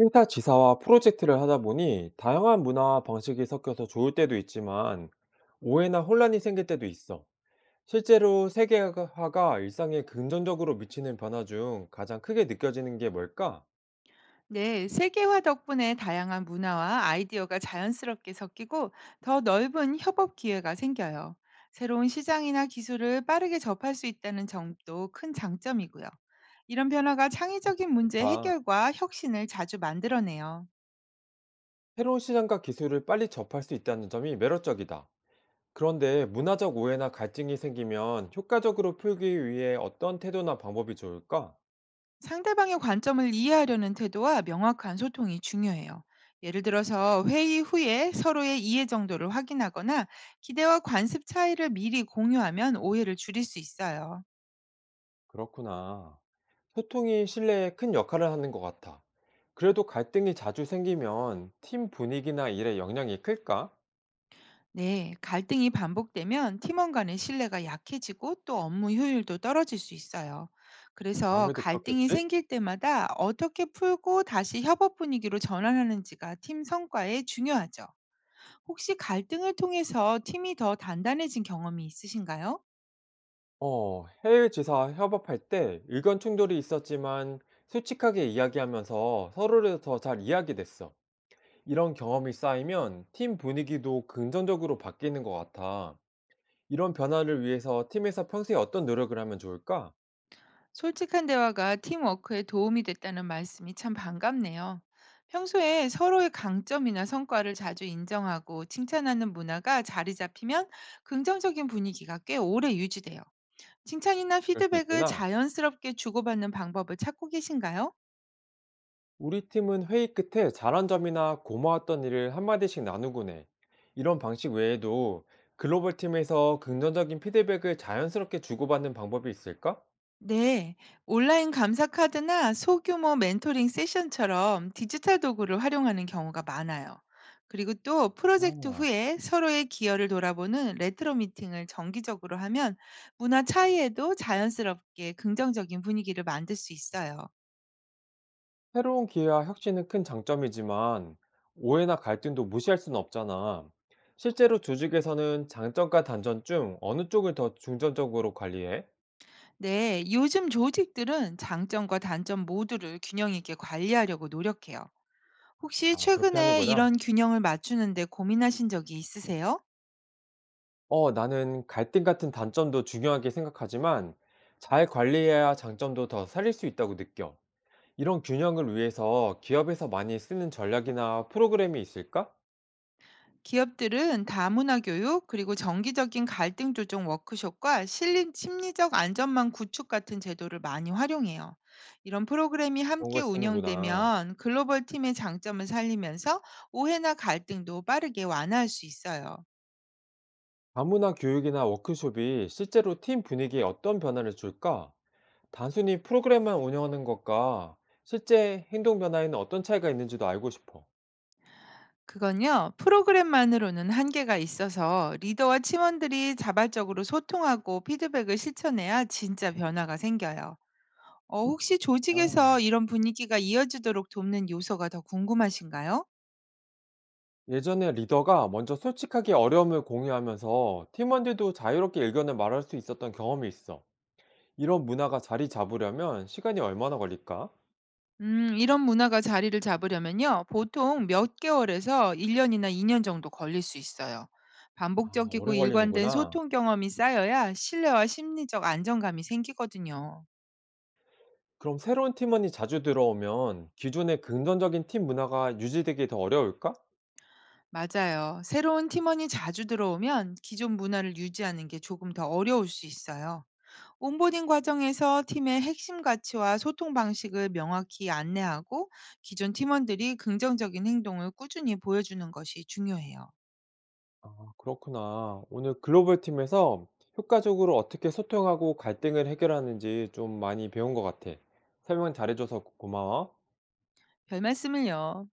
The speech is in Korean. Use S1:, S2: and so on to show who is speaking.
S1: 회사 지사와 프로젝트를 하다 보니 다양한 문화와 방식이 섞여서 좋을 때도 있지만 오해나 혼란이 생길 때도 있어. 실제로 세계화가 일상에 긍정적으로 미치는 변화 중 가장 크게 느껴지는 게 뭘까?
S2: 네, 세계화 덕분에 다양한 문화와 아이디어가 자연스럽게 섞이고 더 넓은 협업 기회가 생겨요. 새로운 시장이나 기술을 빠르게 접할 수 있다는 점도 큰 장점이고요. 이런 변화가
S1: 참
S2: 창의적인 문제
S1: 좋다.
S2: 해결과 혁신을 자주 만들어내요.
S1: 새로운 시장과 기술을 빨리 접할 수 있다는 점이 매력적이다. 그런데 문화적 오해나 갈등이 생기면 효과적으로 풀기 위해 어떤 태도나 방법이 좋을까?
S2: 상대방의 관점을 이해하려는 태도와 명확한 소통이 중요해요. 예를 들어서 회의 후에 서로의 이해 정도를 확인하거나 기대와 관습 차이를 미리 공유하면 오해를 줄일 수 있어요.
S1: 그렇구나. 소통이 신뢰에 큰 역할을 하는 것 같아. 그래도 갈등이 자주 생기면 팀 분위기나 일에 영향이 클까?
S2: 네, 갈등이 반복되면 팀원 간의 신뢰가 약해지고 또 업무 효율도 떨어질 수 있어요. 그래서
S1: 아무래도
S2: 갈등이
S1: 그렇겠지?
S2: 생길 때마다 어떻게 풀고 다시 협업 분위기로 전환하는지가 팀 성과에 중요하죠. 혹시 갈등을 통해서 팀이 더 단단해진 경험이 있으신가요?
S1: 어, 해외 지사 협업할 때 의견 충돌이 있었지만 솔직하게 이야기하면서 서로를 더 잘 이해하게 됐어. 이런 경험이 쌓이면 팀 분위기도 긍정적으로 바뀌는 것 같아. 이런 변화를 위해서 팀에서 평소에 어떤 노력을 하면 좋을까?
S2: 솔직한 대화가 팀워크에 도움이 됐다는 말씀이 참 반갑네요. 평소에 서로의 강점이나 성과를 자주 인정하고 칭찬하는 문화가 자리 잡히면 긍정적인 분위기가 꽤 오래 유지돼요. 칭찬이나
S1: 그럴 수
S2: 피드백을
S1: 있구나.
S2: 자연스럽게 주고받는 방법을 찾고 계신가요?
S1: 우리 팀은 회의 끝에 잘한 점이나 고마웠던 일을 한마디씩 나누곤 해. 이런 방식 외에도 글로벌 팀에서 긍정적인 피드백을 자연스럽게 주고받는 방법이 있을까?
S2: 네, 온라인 감사 카드나 소규모 멘토링 세션처럼 디지털 도구를 활용하는 경우가 많아요. 그리고 또 프로젝트
S1: 아,
S2: 후에 서로의 기여를 돌아보는 레트로 미팅을 정기적으로 하면 문화 차이에도 자연스럽게 긍정적인 분위기를 만들 수 있어요.
S1: 새로운 기회와 혁신은 큰 장점이지만 오해나 갈등도 무시할 수는 없잖아. 실제로 조직에서는 장점과 단점 중 어느 쪽을 더 중점적으로 관리해?
S2: 네, 요즘 조직들은 장점과 단점 모두를 균형 있게 관리하려고 노력해요. 혹시
S1: 아, 그렇게
S2: 최근에
S1: 하는구나.
S2: 이런 균형을 맞추는데 고민하신 적이 있으세요?
S1: 어, 나는 갈등 같은 단점도 중요하게 생각하지만 잘 관리해야 장점도 더 살릴 수 있다고 느껴. 이런 균형을 위해서 기업에서 많이 쓰는 전략이나 프로그램이 있을까?
S2: 기업들은 다문화 교육, 그리고 정기적인 갈등 조정 워크숍과 실린 심리적 안전망 구축 같은 제도를 많이 활용해요. 이런 프로그램이
S1: 그런
S2: 함께
S1: 걸 쓰는구나.
S2: 운영되면 글로벌 팀의 장점을 살리면서 오해나 갈등도 빠르게 완화할 수 있어요.
S1: 다문화 교육이나 워크숍이 실제로 팀 분위기에 어떤 변화를 줄까? 단순히 프로그램만 운영하는 것과 실제 행동 변화에는 어떤 차이가 있는지도 알고 싶어.
S2: 그건요, 프로그램만으로는 한계가 있어서 리더와 팀원들이 자발적으로 소통하고 피드백을 실천해야 진짜 변화가 생겨요. 혹시 조직에서
S1: 아.
S2: 이런 분위기가 이어지도록 돕는 요소가 더 궁금하신가요?
S1: 예전에 리더가 먼저 솔직하게 어려움을 공유하면서 팀원들도 자유롭게 의견을 말할 수 있었던 경험이 있어. 이런 문화가 자리 잡으려면 시간이 얼마나 걸릴까?
S2: 이런 문화가 자리를 잡으려면요, 보통 몇 개월에서 1년이나 2년 정도 걸릴 수 있어요.
S1: 아,
S2: 반복적이고
S1: 오래
S2: 일관된
S1: 걸리는구나.
S2: 소통 경험이 쌓여야 신뢰와 심리적 안정감이 생기거든요.
S1: 그럼 새로운 팀원이 자주 들어오면 기존의 긍정적인 팀 문화가 유지되기 더 어려울까?
S2: 맞아요. 새로운 팀원이 자주 들어오면 기존 문화를 유지하는 게 조금 더 어려울 수 있어요. 온보딩 과정에서 팀의 핵심 가치와 소통 방식을 명확히 안내하고 기존 팀원들이 긍정적인 행동을 꾸준히 보여주는 것이 중요해요.
S1: 아, 그렇구나. 오늘 글로벌 팀에서 효과적으로 어떻게 소통하고 갈등을 해결하는지 좀 많이 배운 것 같아. 설명 잘해줘서 고마워.
S2: 별 말씀을요.